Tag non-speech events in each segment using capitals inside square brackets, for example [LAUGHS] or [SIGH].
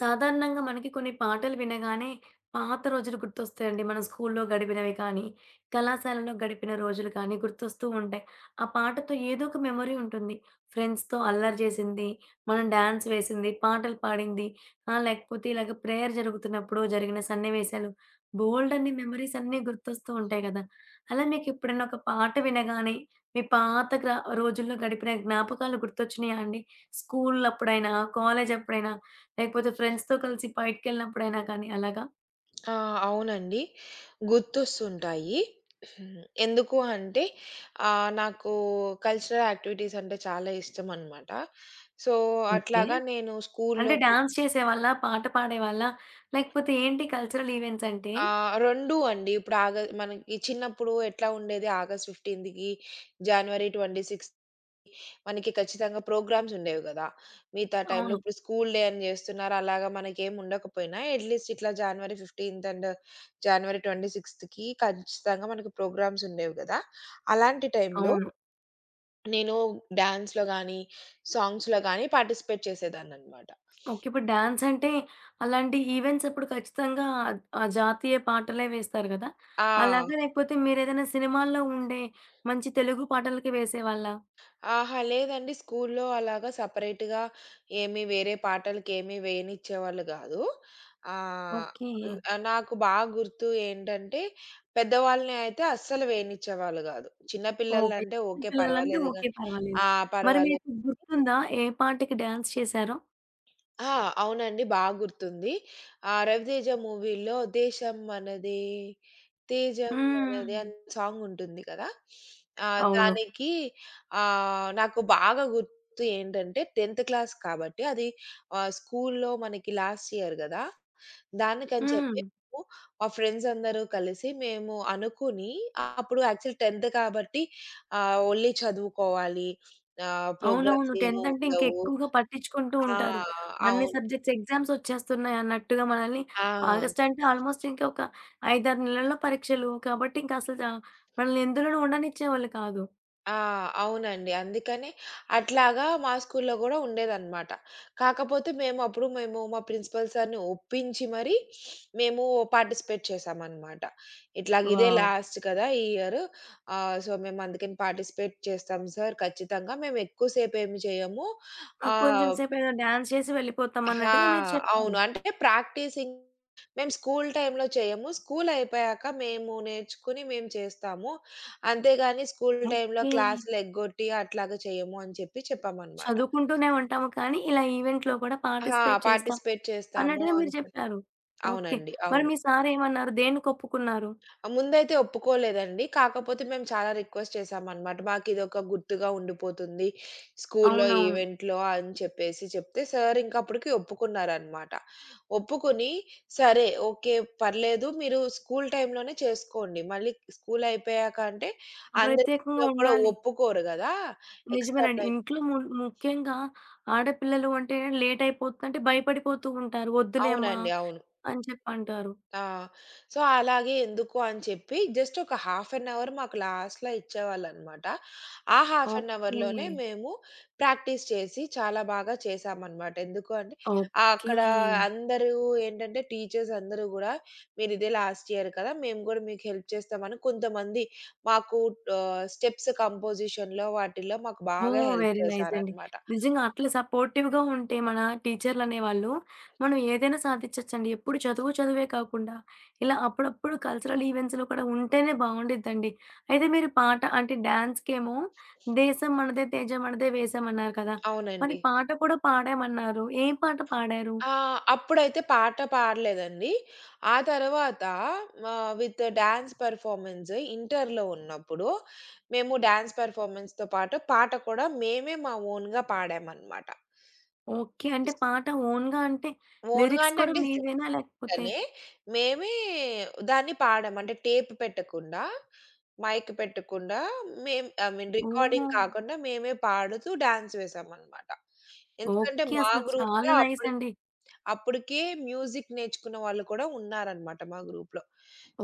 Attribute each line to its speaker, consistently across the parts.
Speaker 1: సాధారణంగా మనకి కొన్ని పాటలు వినగానే పాత రోజులు గుర్తొస్తాయండి. మనం స్కూల్లో గడిపినవి కానీ, కళాశాలలో గడిపిన రోజులు కానీ గుర్తొస్తూ ఉంటాయి. ఆ పాటతో ఏదో ఒక మెమొరీ ఉంటుంది. ఫ్రెండ్స్‌తో అల్లరి చేసింది, మనం డాన్స్ వేసింది, పాటలు పాడింది, లేకపోతే ఇలాగ ప్రేయర్ జరుగుతున్నప్పుడు జరిగిన సన్నివేశాలు బోలెడన్ని మెమోరీస్ అన్నీ గుర్తొస్తూ ఉంటాయి కదా! అలా మీకెప్పుడైనా ఒక పాట వినగానే మీ పాత రోజుల్లో గడిపిన జ్ఞాపకాలు గుర్తొచ్చినాయా అండి? స్కూల్ అప్పుడైనా, కాలేజ్ అప్పుడైనా లేకపోతే ఫ్రెండ్స్‌తో కలిసి బయటికెళ్ళినప్పుడైనా కానీ అలాగా?
Speaker 2: ఆ! అవునండి. గుర్తొస్తుంటాయి. ఎందుకు అంటే నాకు కల్చరల్ యాక్టివిటీస్ అంటే చాలా ఇష్టమనమాట. So,
Speaker 1: okay.
Speaker 2: అట్లాగా నేను
Speaker 1: అంటే
Speaker 2: స్కూల్‌లో
Speaker 1: డాన్స్ చేసేవాళ్ళా? పాట పాడేవాళ్ళా? లేకపోతే ఏంటి కల్చరల్ ఈవెంట్స్ అంటే?
Speaker 2: 2 అండి. ఇప్పుడు మనకి చిన్నప్పుడు ఎట్లా ఉండేది? ఆగస్ట్ 15కి, జనవరి 26 మనకి ఖచ్చితంగా ప్రోగ్రామ్స్ ఉండేవి గదా! మిగతా టైంలో
Speaker 1: అవును.
Speaker 2: ఇప్పుడు స్కూల్ డే అని జేస్తున్నారు. అలాగా మనకేం ఉండకపోయినా అట్‌లీస్ట్ ఇట్లా జనవరి 15థ్ అండ్ జనవరి 26థ్‌కి ఖచ్చితంగా మనకు ప్రోగ్రామ్స్ ఉండేవి గదా! అలాంటి టైంలో
Speaker 1: అవును.
Speaker 2: నేను డాన్స్‌లో గానీ, సాంగ్స్‌లో గానీ పార్టిసిపేట్ చేసేదాన్ననమాట.
Speaker 1: ఓకే. ఇప్పుడు డాన్స్ అంటే అలాంటి ఈవెంట్స్ అప్పుడు ఖచ్చితంగా ఆ జాతీయ పాటలే వేస్తారు గదా!
Speaker 2: ఆ!
Speaker 1: అలాగా లేకపోతే మీరేదైనా సినిమాల్లో ఉండే మంచి తెలుగు పాటలకి వేసేవాళ్ళా?
Speaker 2: ఆహా! లేదండి. స్కూల్లో అలాగా సెపరేట్‌గా ఏమి వేరే పాటలకేమి వేయనిచ్చేవాళ్ళు గాదు. ఆహ్,
Speaker 1: ఓకే.
Speaker 2: నాకు బాగా గుర్తు ఏంటంటే, పెద్దవాళ్ళని అయితే అస్సలు వేయనిచ్చేవాళ్ళు గాదు. చిన్న
Speaker 1: ఓకే.
Speaker 2: పిల్లలంటే
Speaker 1: చిన్న
Speaker 2: ఓకే.
Speaker 1: పిల్లలంటే
Speaker 2: పర్వాలేదు
Speaker 1: ఓకే.
Speaker 2: గానీ
Speaker 1: పర్వాలేదు.
Speaker 2: ఆ!
Speaker 1: మరి
Speaker 2: పర్వాలేదు.
Speaker 1: మీకు గుర్తుందా ఏ పాటకి డాన్స్ చేశారో?
Speaker 2: ఆ! అవునండి. బా గుర్తుంది. ఆ 'రవితేజ' మూవీలో 'దేశం మనదే తేజం మనదే'
Speaker 1: హ్మ్.
Speaker 2: అని సాంగ్ ఉంటుంది కదా! ఆ!
Speaker 1: అవును.
Speaker 2: దానికి నాకు బాగా గుర్తు ఏంటంటే 10థ్ క్లాస్ కాబట్టి అది స్కూల్లో మనకి లాస్ట్ ఇయర్ గదా! దానికని చెప్పి
Speaker 1: హ్మ్.
Speaker 2: మేము మా ఫ్రెండ్స్ అందరూ కలిసి మేము అనుకుని అప్పుడు యాక్చువల్ 10థ్ కాబట్టి ఓన్లీ చదువుకోవాలి.
Speaker 1: అవునవును.
Speaker 2: ప్రోగ్రామ్స్ ఏమి
Speaker 1: 10థ్ అంటే ఇంకా
Speaker 2: ఉండవు.
Speaker 1: ఎక్కువగా పట్టించుకుంటూ
Speaker 2: ఆ!
Speaker 1: ఉంటారు. అన్ని
Speaker 2: అవును.
Speaker 1: సబ్జెక్ట్స్ ఎగ్జామ్స్ వచ్చేస్తున్నాయి అన్నట్టుగా మనల్ని.
Speaker 2: ఆ!
Speaker 1: ఆగస్ట్ అంటే ఆల్మోస్ట్ ఇంకా ఒక 5, 6 నెలల్లో పరీక్షలు. కాబట్టి ఇంకా అసలు మనల్ని ఎందులోనూ ఉండనిచ్చేవాళ్ళు కాదు.
Speaker 2: ఆ! అవునండి. అందుకనే అట్లాగా మా స్కూల్‌లో గూడా ఉండేదనమాట. కాకపోతే మేమప్పుడు మేము మా ప్రిన్సిపల్ సార్‌ని ఒప్పించి మరీ మేము పార్టిసిపేట్ చేశామనమాట. ఇట్లాగ ఇదే
Speaker 1: వావ్!
Speaker 2: లాస్ట్ కదా! ఈ ఇయరు. సో, మేము అందుకని పార్టిసిపేట్ చేస్తాం సార్ ఖచ్చితంగా. మేము ఎక్కువ సేపేమి చేయము.
Speaker 1: ఆ! కొంచెం
Speaker 2: ఆహ్,
Speaker 1: సేపు ఏదో డాన్స్ చేసి వెళ్ళిపోతాం
Speaker 2: ఆ!
Speaker 1: అన్నట్టుగా మీరు చెప్పారు.
Speaker 2: అవును. అంటే ప్రాక్టీసింగ్ మేము స్కూలు టైంలో చేయము. స్కూలు అయిపోయాక మేము నేర్చుకుని మేము చేస్తాము. అంతేగాని స్కూలు టైంలో
Speaker 1: ఓకే.
Speaker 2: క్లాసులు ఎగ్గొట్టి అట్లాగా చేయము అని చెప్పి చెప్పామనమాట.
Speaker 1: చదువుకుంటూనే ఉంటాము కానీ ఇలా ఈవెంట్‌లో కూడా
Speaker 2: ఆ!
Speaker 1: పార్టిసిపేట్ చేస్తాం
Speaker 2: పార్టిసిపేట్ చేస్తాము
Speaker 1: అన్నట్టుగా మీరు
Speaker 2: అని చెప్పి.
Speaker 1: చెప్పారు. ఓకే.
Speaker 2: అవునండి.
Speaker 1: మరి
Speaker 2: అవును.
Speaker 1: మీ సారేమన్నారు? దేనికి ఒప్పుకున్నారు?
Speaker 2: ముందైతే ఒప్పుకోలేదండి. కాకపోతే మేము చాలా రిక్వెస్ట్ చేసామనమాట. మాకిదొక గుర్తుగా ఉండిపోతుంది. స్కూల్లో
Speaker 1: అవునవును.
Speaker 2: ఈవెంట్‌లో అని చెప్పేసి చెప్తే సార్ ఇంక అప్పటికి ఒప్పుకున్నారనమాట. ఒప్పుకొని సరే, ఓకే. పర్లేదు మీరు స్కూల్ టైమ్‌లోనే చేసుకోండి. మళ్ళీ స్కూల్ అయిపోయాక అంటే అందరూ
Speaker 1: ప్రత్యేకంగా
Speaker 2: కూడా
Speaker 1: ఉండాలి.
Speaker 2: ఒప్పుకోరు గదా! ఎక్స్‌ట్రా
Speaker 1: నిజమేనండి.
Speaker 2: టైమ్.
Speaker 1: ఇంట్లో ముఖ్యంగా ఆడపిల్లలు అంటే లేట్ అయిపోతుందంటే భయపడిపోతూ ఉంటారు. వద్దులేమ్మా
Speaker 2: అవునండి. అవును.
Speaker 1: అని చెప్పంటారు.
Speaker 2: ఆ! సో, అలాగే ఎందుకు అని చెప్పి జస్ట్ ఒక హాఫ్ ఎన్ అవర్ మాకు లాస్ట్‌లో ఇచ్చేవాళ్ళనమాట. ఆ హాఫ్ ఎన్
Speaker 1: ఓకే.
Speaker 2: అవర్‌లోనే మేము ప్రాక్టీస్ చేసి చాలా బాగా చేశామనమాట. ఎందుకు అంటే
Speaker 1: ఓకే.
Speaker 2: అక్కడ అందరూ ఏంటంటే టీచర్స్ అందరూ గూడా మీరిదే లాస్ట్ ఇయర్ కదా! మేము గూడా మీకు హెల్ప్ చేస్తామని కొంతమంది మాకు స్టెప్స్ కంపోజిషన్‌లో వాటిల్లో మాకు బాగా
Speaker 1: ఓహ్!
Speaker 2: హెల్ప్
Speaker 1: వెరీ నైస్ అండి.
Speaker 2: చేశారనమాట.
Speaker 1: నిజంగా అట్లా సపోర్టివ్‌గా ఉంటే మన టీచర్‌లనేవాళ్ళు, మనం ఏదైనా సాధించొచ్చండి. ఎప్పుడు చదువు చదువే కాకుండా ఇలా అప్పుడప్పుడు కల్చరల్ ఈవెంట్స్‌లో కూడా ఉంటేనే బావుండిద్దండి. అయితే మీరు పాట అంటే డాన్స్‌కేమో 'దేశం మనదే తేజం మనదే వేశం' అన్నారు కదా! మరి
Speaker 2: అవునండి.
Speaker 1: పాట కూడా పాడామన్నారు. ఏం పాట పాడారు?
Speaker 2: ఆ! అప్పుడైతే పాట పాడలేదండి. ఆ తర్వాత విత్ డాన్స్ పెర్ఫార్మన్స్ ఇంటర్‌లో ఉన్నప్పుడు మేము డాన్స్ పెర్ఫార్మన్స్‌తో పాటు పాట కూడా మేమే మా ఓన్‌గా పాడామనమాట.
Speaker 1: ఓకే. అంటే
Speaker 2: స్
Speaker 1: పాట ఓన్‌గా అంటే
Speaker 2: ఓన్‌గా
Speaker 1: లిరిక్స్
Speaker 2: అంటే,
Speaker 1: కూడా
Speaker 2: అంటే
Speaker 1: మీవేనా? లేకపోతే?
Speaker 2: సింగనే. మేమే దాన్ని పాడాం. అంటే టేప్ పెట్టకుండా, మైక్ పెట్టకుండా మేం ఐ మీన్
Speaker 1: ఓహ్!
Speaker 2: రికార్డింగ్ కాకుండా మేమే పాడుతూ డాన్స్ వేశామనమాట. ఎందుకంటే
Speaker 1: ఓకే.
Speaker 2: మా
Speaker 1: అసలు చాలా
Speaker 2: గ్రూప్‌లో
Speaker 1: నైస్
Speaker 2: అప్పుడు
Speaker 1: అండి.
Speaker 2: అప్పటికే మ్యూజిక్ నేర్చుకున్న వాళ్ళు కూడా ఉన్నారనమాట మా గ్రూప్‌లో.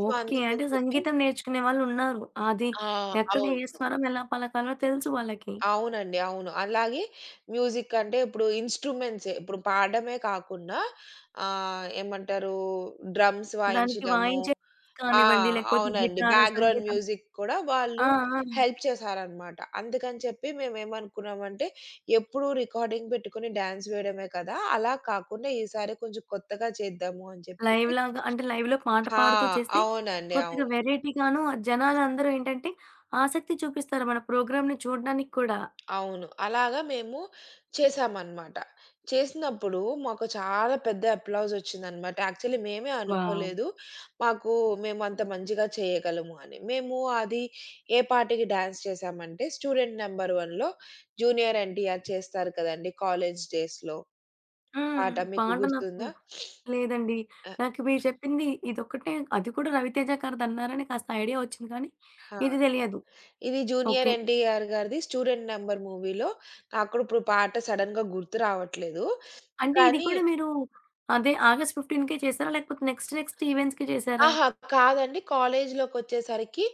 Speaker 2: So,
Speaker 1: okay. అంటే
Speaker 2: అందుకని చెప్పి
Speaker 1: సంగీతం నేర్చుకునే వాళ్ళున్నారు. అది
Speaker 2: ఆ!
Speaker 1: ఎక్కడ ఏ
Speaker 2: అవును.
Speaker 1: స్వరం ఎలా పలకాలో తెలుసు వాళ్ళకి.
Speaker 2: అవునండి. అవును. అలాగే మ్యూజిక్ అంటే ఇప్పుడు ఇన్‌స్ట్రుమెంట్సే. ఇప్పుడు పాడడమే కాకుండా ఏమంటారు, డ్రమ్స్
Speaker 1: దానికి
Speaker 2: వాయించడము.
Speaker 1: వాయించే
Speaker 2: ఆ!
Speaker 1: కానివ్వండి, లేకపోతే
Speaker 2: అవునండి.
Speaker 1: గిటార్,
Speaker 2: బ్యాక్‌గ్రౌండ్
Speaker 1: సంగీతం.
Speaker 2: మ్యూజిక్ కూడా
Speaker 1: ఆ!
Speaker 2: వాళ్ళు
Speaker 1: ఆ!
Speaker 2: హెల్ప్ చేశారనమాట. అందుకని చెప్పి మేమేమనుకున్నామంటే ఎప్పుడు రికార్డింగ్ పెట్టుకొని డాన్స్ వేయడమే కదా! అలా కాకుండా ఈసారి కొంచెం కొత్తగా చేద్దాము అని చెప్పేసి
Speaker 1: లైవ్‌లాగా అంటే లైవ్‌లో పాట
Speaker 2: ఆ!
Speaker 1: పాడుతూ చేస్తే
Speaker 2: అవునండి.
Speaker 1: కొద్దిగా
Speaker 2: అవును.
Speaker 1: వెరైటీగాను జనాలందరూ ఏంటంటే ఆసక్తి చూపిస్తారు మన ప్రోగ్రామ్‌ని చూడడానికి కూడా.
Speaker 2: అవును. అలాగా మేము చేశామన్నమాట. చేసినప్పుడు మాకు చాలా పెద్ద అప్లాజ్ వచ్చిందన్నమాట. యాక్చువల్లీ మేమే
Speaker 1: వావ్!
Speaker 2: అనుకోలేదు. మాకు మేము అంత మంచిగా చేయగలము అని. మేము అది ఏ పాటకి డాన్స్ చేశామంటే, 'స్టూడెంట్ నంబర్ వన్‌లో' జూనియర్ ఎన్టీఆర్ చేస్తారు కదండీ కాలేజ్ డేస్‌లో.
Speaker 1: హ్మ్.
Speaker 2: పాట మీకు
Speaker 1: పాట నాకు
Speaker 2: గుర్తుందా?
Speaker 1: లేదండి.
Speaker 2: ఆ!
Speaker 1: నాకు మీరు చెప్పింది ఇదొక్కటే, అది కూడా రవితేజ గారిదన్నారని కాస్త ఐడియా వచ్చింది, కానీ
Speaker 2: ఆ!
Speaker 1: ఇది తెలియదు.
Speaker 2: ఇది జూనియర్
Speaker 1: ఓకే.
Speaker 2: ఎన్టీఆర్ గారిది 'స్టూడెంట్ నంబర్' మూవీలో. నాకు కూడా ఇప్పుడు పాట సడెన్‌గా గుర్తు రావట్లేదు.
Speaker 1: అంటే ఇది
Speaker 2: కానీ
Speaker 1: కూడా మీరు అదే ఆగస్ట్ 15కే చేసారా? లేకపోతే నెక్స్ట్ నెక్స్ట్ ఈవెంట్స్‌కి చేసారా?
Speaker 2: అహా! కాదండి. కాలేజ్‌లోకొచ్చేసరికి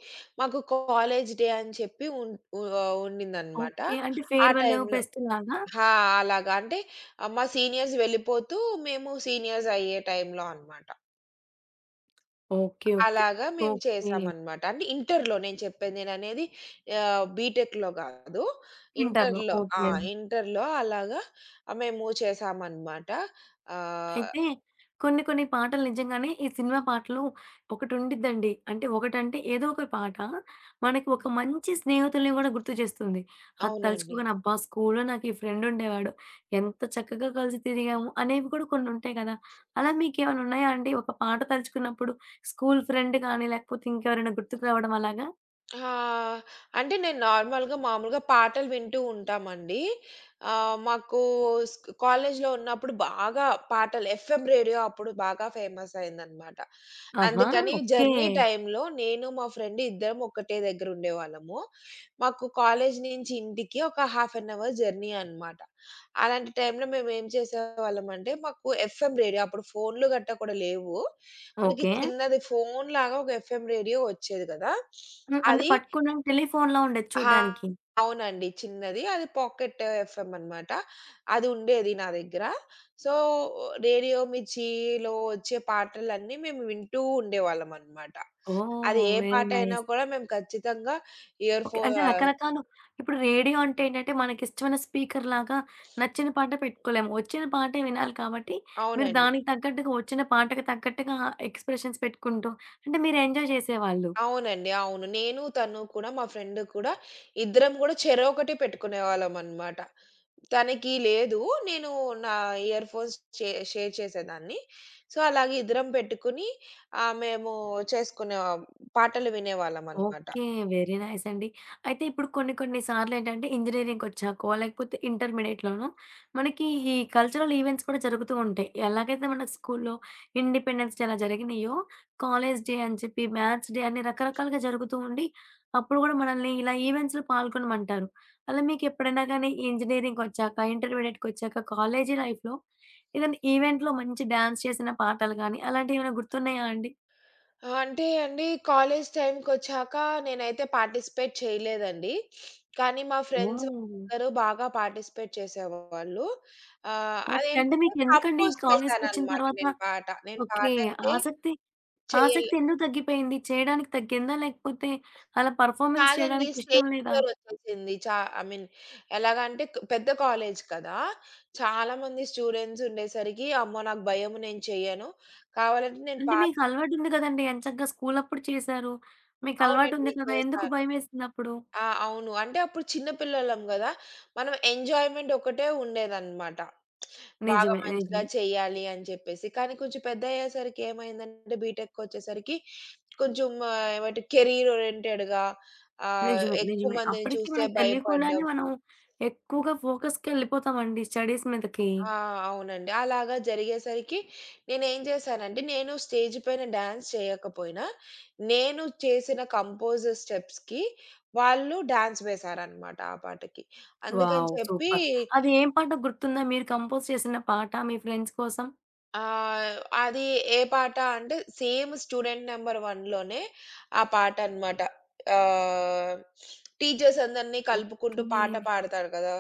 Speaker 2: మాకు కాలేజ్ డే అని చెప్పి ఉండిందనమాట.
Speaker 1: ఓకే. అంటే
Speaker 2: ఆ
Speaker 1: ఫేర్‌వెల్,
Speaker 2: టైంలో
Speaker 1: ఫెస్ట్ లాగా?
Speaker 2: హా! అలాగా అంటే మా సీనియర్స్ వెళ్ళిపోతూ, మేము సీనియర్స్ అయ్యే టైంలో అనమాట.
Speaker 1: ఓకే. ఓకే.
Speaker 2: అలాగా మేము
Speaker 1: ఓకే.
Speaker 2: చేశామనమాట. అంటే ఇంటర్‌లో నేను చెప్పేది నేననేది. బీటెక్‌లో గాదు.
Speaker 1: ఇంటర్‌లో.
Speaker 2: ఇంటర్‌లో
Speaker 1: ఓకే
Speaker 2: ఆ!
Speaker 1: అండి.
Speaker 2: ఇంటర్‌లో అలాగా మేము చేశామనమాట. ఆహ్,
Speaker 1: అయితే కొన్ని కొన్ని పాటలు నిజంగానే ఈ సినిమా పాటలు ఒకటుండిద్దండి. అంటే ఒకటంటే ఏదో ఒక పాట మనకి ఒక మంచి స్నేహితుల్ని గూడా గుర్తు చేస్తుంది. అది
Speaker 2: అవునండి.
Speaker 1: తలుచుకోగానే అబ్బా! స్కూల్‌లో నాకు ఈ ఫ్రెండ్ ఉండేవాడు, ఎంత చక్కగా కలిసి తిరిగాము అనేవి కూడా కొన్ని ఉంటాయి కదా! అలా మీకేమైనా ఉన్నాయా అండి? ఒక పాట తలుచుకున్నప్పుడు స్కూల్ ఫ్రెండ్ గానీ లేకపోతే ఇంకెవరైనా గుర్తుకు రావడం అలాగా?
Speaker 2: ఆ! అంటే నేను నార్మల్‌గా మామూలుగా పాటలు వింటూ ఉంటామండి. మాకు కాలేజ్‌లో ఉన్నప్పుడు బాగా పాటలు, ఎఫ్ఎం రేడియో అప్పుడు బాగా ఫేమస్ అయిందనమాట.
Speaker 1: ఆహా!
Speaker 2: అందుకని
Speaker 1: ఓకే.
Speaker 2: జర్నీ టైమ్‌లో నేను, మా ఫ్రెండ్ ఇద్దరం ఒకటే దగ్గర ఉండేవాళ్ళము. మాకు కాలేజ్ నుంచి ఇంటికి ఒక హాఫ్ అన్ అవర్ జర్నీ అనమాట. అలాంటి టైమ్‌లో మేమేం చేసేవాళ్ళమంటే మాకు ఎఫ్ఎం రేడియో, అప్పుడు ఫోన్‌లు గట్టా కూడా లేవు. మనకి
Speaker 1: ఓకే.
Speaker 2: చిన్నది ఫోన్‌లాగా ఒక ఎఫ్ఎం రేడియో వచ్చేది కదా!
Speaker 1: హ్మ్. అంటే
Speaker 2: అది
Speaker 1: పట్టుకున్న టెలిఫోన్‌లా ఉండేది
Speaker 2: ఆ!
Speaker 1: చూడ్డానికి.
Speaker 2: అవునండి. చిన్నది. అది పాకెట్ ఎఫ్ఎం అనమాట. అది ఉండేది నా దగ్గర. సో, రేడియో మిర్చిలో వచ్చే పాటలన్నీ మేము వింటూ ఉండేవాళ్ళం అనమాట. అది
Speaker 1: ఓహ్!
Speaker 2: ఏ
Speaker 1: వెరీ
Speaker 2: పాటైనా
Speaker 1: నైస్.
Speaker 2: కూడా మేము ఖచ్చితంగా ఇయర్
Speaker 1: ఓకే.
Speaker 2: ఫో
Speaker 1: అంటే
Speaker 2: ఆహ్,
Speaker 1: రకరకాలు. ఇప్పుడు రేడియో అంటే ఏంటంటే, మనకిష్టమైన స్పీకర్‌లాగా నచ్చిన పాట పెట్టుకోలేము. వచ్చిన పాటే వినాలి కాబట్టి, మీరు
Speaker 2: అవునండి.
Speaker 1: దానికి తగ్గట్టుగా, వచ్చిన పాటకి తగ్గట్టుగా ఎక్స్‌ప్రెషన్స్ పెట్టుకుంటూ, అంటే మీరు ఎంజాయ్ చేసేవాళ్ళు.
Speaker 2: అవునండి. అవును. నేను, తను కూడా మా ఫ్రెండ్ కూడా ఇద్దరం కూడా చెరొకటి పెట్టుకునేవాళ్ళం అనమాట. తనకి లేదు. నేను నా ఇయర్‌ఫోన్స్ షేర్ చేసేదాన్ని. సో, అలాగే ఇద్దరం పెట్టుకొని మేము చేసుకునే పాటలు వినేవాళ్ళమనమాట.
Speaker 1: ఓకే. వెరీ నైస్ అండి. అయితే ఇప్పుడు కొన్ని కొన్ని సార్లేంటంటే ఇంజినీరింగ్‌కొచ్చాకో, లేకపోతే ఇంటర్మీడియేట్‌లోనో మనకి ఈ కల్చరల్ ఈవెంట్స్ కూడా జరుగుతూ ఉంటాయి. ఎలాగైతే మన స్కూల్లో ఇండిపెండెన్స్ డే అలా జరిగినాయో, కాలేజ్ డే అని చెప్పి, మ్యాథ్స్ డే అని రకరకాలుగా జరుగుతూ ఉండి, అప్పుడు గూడా మనల్ని ఇలా ఈవెంట్స్‌లో పాల్గొనమంటారు. అలా మీకెప్పుడైనా గానీ ఇంజినీరింగ్‌కొచ్చాక, ఇంటర్మీడియేట్‌కొచ్చాక, కాలేజీ లైఫ్‌లో ఏదైనా ఈవెంట్‌లో మంచి డాన్స్ చేసిన పాటలు గానీ అలాంటియేమైనా గుర్తున్నాయా అండి?
Speaker 2: అంటే అండి, కాలేజ్ టైమ్‌కొచ్చాక నేనైతే పార్టిసిపేట్ చేయలేదండి. కానీ మా ఫ్రెండ్స్
Speaker 1: ఓహ్!
Speaker 2: అందరూ బాగా పార్టిసిపేట్ చేసేవాళ్ళు.
Speaker 1: ఓకే. అంటే
Speaker 2: అదేంటంటే
Speaker 1: మీకెందుకండి
Speaker 2: కంపోజ్
Speaker 1: కాలేజ్‌కొచ్చిన
Speaker 2: చేశాననమాట
Speaker 1: తర్వాత
Speaker 2: నేను పాట. నేను
Speaker 1: ఓకే.
Speaker 2: పాటైతే
Speaker 1: ఆసక్తి,
Speaker 2: చేయలే.
Speaker 1: ఆసక్తి ఎందుకు తగ్గిపోయింది? చేయడానికి తగ్గిందా? లేకపోతే అలా పెర్ఫార్మన్స్
Speaker 2: కాదండి.
Speaker 1: చేయడానికి ఇష్టం
Speaker 2: స్టేజ్
Speaker 1: లేదా?
Speaker 2: ఫియర్ వచ్చేసింది. చా ఐ మీన్ ఎలాగంటే పెద్ద కాలేజ్ కదా! చాలామంది స్టూడెంట్స్ ఉండేసరికి, అమ్మో! నాకు భయము, నేను చెయ్యను. కావాలంటే నేను
Speaker 1: అంటే మీకు
Speaker 2: పాటలు.
Speaker 1: అలవాటుంది గదండీ! ఎంచక్కా స్కూలప్పుడు చేశారు. మీకు
Speaker 2: అవునండి.
Speaker 1: అలవాటుంది కదా! ఎందుకు
Speaker 2: చేశాను.
Speaker 1: భయమేసిందప్పుడు?
Speaker 2: ఆ! అవును. అంటే అప్పుడు చిన్న పిల్లోళ్ళం గదా! మనం ఎంజాయ్‌మెంట్ ఒకటే ఉండేదనమాట. బాగా
Speaker 1: నిజమే. నిజమే.
Speaker 2: మంచిగా చెయ్యాలి అని చెప్పేసి. కానీ కొంచెం పెద్దయ్యేసరికి ఏమైందంటే బీటెక్‌కొచ్చేసరికి కొంచెం ఏమంటే కెరీర్ ఓరియెంటెడ్‌గా,
Speaker 1: నిజమే.
Speaker 2: ఎక్కువ
Speaker 1: నిజమే.
Speaker 2: మందిని
Speaker 1: అప్పటికి
Speaker 2: చూస్తే
Speaker 1: మనకు తెలియకుండానే
Speaker 2: భయపడ్డం.
Speaker 1: మనం ఎక్కువగా ఫోకస్‌కెళ్ళిపోతామండి స్టడీస్ మీదకి.
Speaker 2: ఆ! అవునండి. అలాగా జరిగేసరికి నేనేం చేశానంటే, నేను స్టేజ్ పైన డాన్స్ చేయకపోయినా, నేను చేసిన కంపోజ్ స్టెప్స్‌కి వాళ్ళు డాన్స్ వేశారనమాట ఆ పాటకి. అందుకని
Speaker 1: వావ్!
Speaker 2: చెప్పి
Speaker 1: సూపర్. అది ఏం పాట గుర్తుందా? మీరు కంపోజ్ చేసిన పాట మీ ఫ్రెండ్స్ కోసం?
Speaker 2: ఆహ్, అది ఏ పాట అంటే, సేమ్ 'స్టూడెంట్ నంబర్ వన్‌లోనే' ఆ పాట అనమాట. ఆహ్, టీచర్స్ అందరిని కలుపుకుంటూ
Speaker 1: ఓకే.
Speaker 2: పాట పాడతాడు కదా!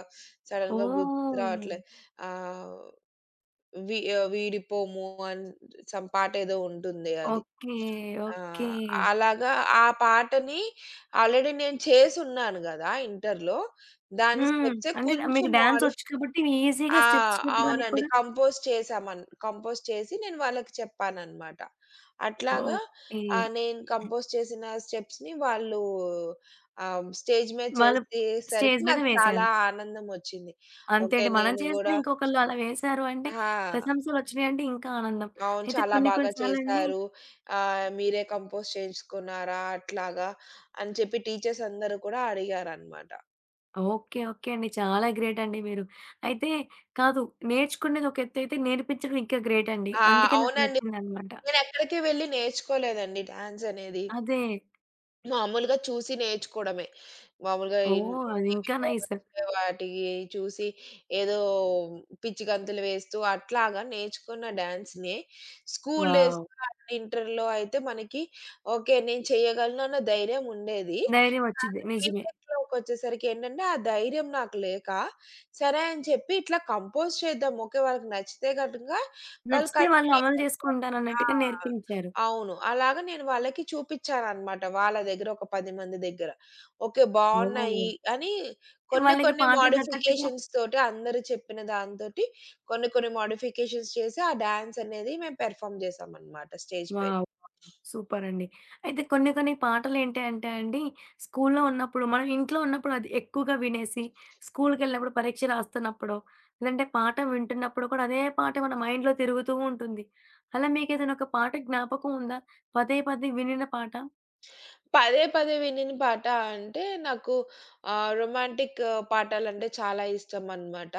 Speaker 2: సడెన్‌గా గుర్తు
Speaker 1: ఓహ్!
Speaker 2: రావట్లే. ఆహ్ వీడిపోము అని సమ్ పాటేదో ఉంటుంది అది.
Speaker 1: ఓకే.
Speaker 2: ఆ!
Speaker 1: ఓకే.
Speaker 2: అలాగా ఆ పాటని ఆల్రెడీ నేను చేసున్నాను గదా ఇంటర్‌లో. దాని
Speaker 1: హ్మ్.
Speaker 2: స్టెప్సే
Speaker 1: అంటే
Speaker 2: కొంచెం
Speaker 1: మీకు డాన్సొచ్చు కాబట్టి ఈజీగా
Speaker 2: ఆ!
Speaker 1: స్టెప్స్ చెప్పడానికి
Speaker 2: అవునండి.
Speaker 1: కూడా.
Speaker 2: కంపోజ్ చేసి నేను వాళ్ళకి చెప్పాననమాట. అట్లాగా
Speaker 1: ఓకే.
Speaker 2: నేను కంపోజ్ చేసిన స్టెప్స్‌ని వాళ్ళు స్టేజ్ మీద
Speaker 1: వాళ్ళు
Speaker 2: చేసేసరికి
Speaker 1: స్టేజ్ మీద
Speaker 2: నాకు
Speaker 1: వేశారు.
Speaker 2: చాలా ఆనందమొచ్చింది.
Speaker 1: అంతే
Speaker 2: ఓకే.
Speaker 1: అండి. మనం
Speaker 2: నేను
Speaker 1: చేసింది
Speaker 2: గూడా
Speaker 1: ఇంకొకళ్ళు అలా వేశారు అంటే
Speaker 2: ఆ!
Speaker 1: ప్రశంసలొచ్చినాయంటే ఇంకా ఆనందం.
Speaker 2: అవును.
Speaker 1: అయితే
Speaker 2: చాలా
Speaker 1: కొన్ని
Speaker 2: బాగా
Speaker 1: కొన్ని సార్లండి.
Speaker 2: చేశారు. మీరే కంపోజ్ చేయించుకున్నారా? అట్లాగా అని చెప్పి టీచర్స్ అందరూ కూడా అడిగారనమాట.
Speaker 1: ఓకే. ఓకే అండి. చాలా గ్రేట్ అండి మీరు. అయితే, కాదు, నేర్చుకునేది ఒక ఎత్తయితే నేర్పించడం ఇంకా గ్రేట్ అండి.
Speaker 2: ఆ!
Speaker 1: అందుకే నాకు
Speaker 2: అవునండి.
Speaker 1: నచ్చిందనమాట.
Speaker 2: నేనెక్కడికి వెళ్లి నేర్చుకోలేదండి డాన్స్ అనేది.
Speaker 1: అదే.
Speaker 2: మామూలుగా చూసి నేర్చుకోవడమే. మామూలుగా
Speaker 1: ఓహ్! అది ఇంకా
Speaker 2: టీవీలో
Speaker 1: నైస్.
Speaker 2: వచ్చే వాటికి చూసి ఏదో పిచ్చి గంతులు వేస్తూ అట్లాగా నేర్చుకున్న డాన్స్‌నే. School
Speaker 1: wow!
Speaker 2: డేస్‌లో అండ్ ఇంటర్‌లో అయితే మనకి ఓకే, నేను చేయగలను అన్న ధైర్యం ఉండేది.
Speaker 1: ధైర్యం వచ్చిద్ది.
Speaker 2: కానీ
Speaker 1: నిజమే.
Speaker 2: బీటెక్‌లోకొచ్చేసరికి ఏంటంటే ఆ ధైర్యం నాకు లేక సరే అని చెప్పి ఇట్లా కంపోజ్ చేద్దాం. ఓకే. వాళ్ళకి నచ్చితే గనుక వాళ్ళు
Speaker 1: నచ్చితే వాళ్ళు
Speaker 2: కంటిన్యూ
Speaker 1: అమలు
Speaker 2: చేస్తారు. ఆ!
Speaker 1: చేసుకుంటారన్నట్టుగా నేర్పించారు.
Speaker 2: అవును. అలాగ నేను వాళ్ళకి చూపిచ్చాననమాట. వాళ్ళ దగ్గర ఒక 10 మంది దగ్గర. ఓకే.
Speaker 1: ఓహ్!
Speaker 2: బావున్నాయి అని కొన్ని
Speaker 1: వాళ్ళకి
Speaker 2: కొన్ని
Speaker 1: పాటలు తగ్గట్టుగా.
Speaker 2: మోడిఫికేషన్స్ తోటి అందరూ చెప్పిన దాంతోటి కొన్ని కొన్ని మోడిఫికేషన్స్ చేసి ఆ డాన్స్ అనేది మేము పెర్ఫార్మ్ చేశామనమాట స్టేజ్ పైన.
Speaker 1: వావ్! సూపర్ అండి. అయితే కొన్ని కొన్ని పాటలేంటి అంటే అండి, స్కూల్లో ఉన్నప్పుడు మనం ఇంట్లో ఉన్నప్పుడు అది ఎక్కువగా వినేసి, స్కూలుకెళ్ళినప్పుడు పరీక్ష రాస్తున్నప్పుడో, లేదంటే పాట వింటున్నప్పుడు కూడా అదే పాట మన మైండ్‌లో తిరుగుతూ ఉంటుంది. అలా మీకేదైనా ఒక పాట జ్ఞాపకం ఉందా? పదే పదే వినిన పాట?
Speaker 2: పదే పదే వినిన పాట అంటే నాకు రొమాంటిక్ పాటలంటే చాలా ఇష్టమనమాట.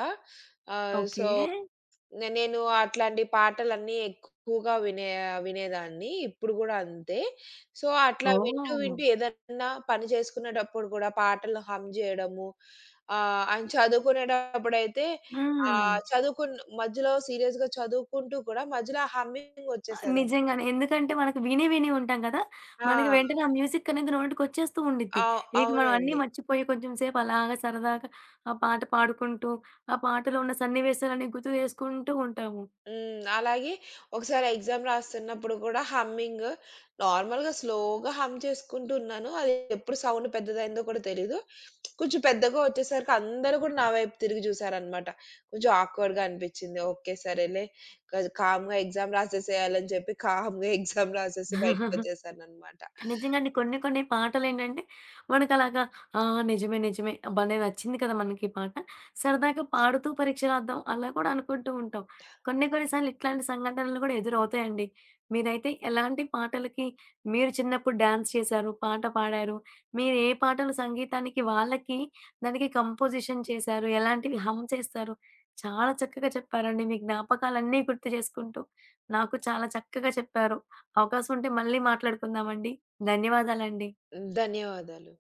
Speaker 1: ఓకే.
Speaker 2: సో నేను అట్లాంటి పాటలన్నీ ఎక్కువగా వినేదాన్ని. ఇప్పుడు గూడా అంతే. సో, అట్లా వింటూ,
Speaker 1: ఓహ్!
Speaker 2: వింటూ ఏదన్నా పని చేసుకునేటప్పుడు గూడా పాటలు హమ్ జేయడము. అండ్ చదువుకునేటప్పుడైతే
Speaker 1: హ్మ్.
Speaker 2: ఆహ్, చదువుకున్ మధ్యలో సీరియస్‌గా చదువుకుంటూ కూడా మధ్యలో ఆ హమ్మింగ్
Speaker 1: ఆ!
Speaker 2: ఒచ్చేసేదని.
Speaker 1: నిజంగానే. ఎందుకంటే మనకు విని విని ఉంటాం కదా! మనకి
Speaker 2: ఆ!
Speaker 1: వెంటనే ఆ మ్యూజిక్ అనేది నోటికొచ్చేస్తూ ఉండిద్ది.
Speaker 2: అవ్
Speaker 1: ఇక మనం అన్నీ
Speaker 2: అవునండి.
Speaker 1: మర్చిపోయి కొంచెం సేపు అలాగా సరదాగా ఆ పాట పాడుకుంటూ, ఆ పాటలో ఉన్న సన్నివేశాలన్నీ గుర్తు చేసుకుంటూ ఉంటాము.
Speaker 2: హ్మ్. అలాగే ఒకసారి ఎగ్జామ్ రాస్తున్నప్పుడు కూడా హమ్మింగ్ నార్మల్‌గా స్లోగా హమ్ చేసుకుంటూ ఉన్నాను. అది ఎప్పుడు సౌండ్ పెద్దదయిందో కూడా తెలీదు. కొంచెం పెద్దగా వచ్చేసరికి అందరూ కూడా నా వైపు తిరిగి చూసారనమాట. కొంచెం ఆక్వర్డ్‌గా అనిపించింది. ఓకే, సరేలే కామ్‌గా ఎగ్జామ్ రాసేసేయాలని చెప్పి కామ్‌గా [LAUGHS] ఎగ్జామ్ రాసేసి బయటకొచ్చేసాననమాట.
Speaker 1: నిజంగానే కొన్ని కొన్ని పాటలేంటంటే మనకలాగా ఆ! నిజమే, నిజమే. భలే నచ్చింది కదా! మనకి ఈ పాట. సరదాగా పాడుతూ పరీక్ష రాద్దాం అలా కూడా అనుకుంటూ ఉంటాం. కొన్ని కొన్ని సార్లు ఇట్లాంటి సంఘటనలు కూడా ఎదురవుతాయండి. మీరైతే ఎలాంటి పాటలకి మీరు చిన్నప్పుడు డాన్స్ చేశారు, పాట పాడారు? మీరు ఏ పాటలు సంగీతానికి వాళ్ళకి దానికి కంపోజిషన్ చేశారు? ఎలాంటివి హమ్ చేస్తారు? చాలా చక్కగా చెప్పారండి. మీ జ్ఞాపకాలన్నీ గుర్తు చేసుకుంటూ నాకు చాలా చక్కగా చెప్పారు. అవకాశం ఉంటే మళ్ళీ మాట్లాడుకుందామండి. ధన్యవాదాలండి.
Speaker 2: ధన్యవాదాలు.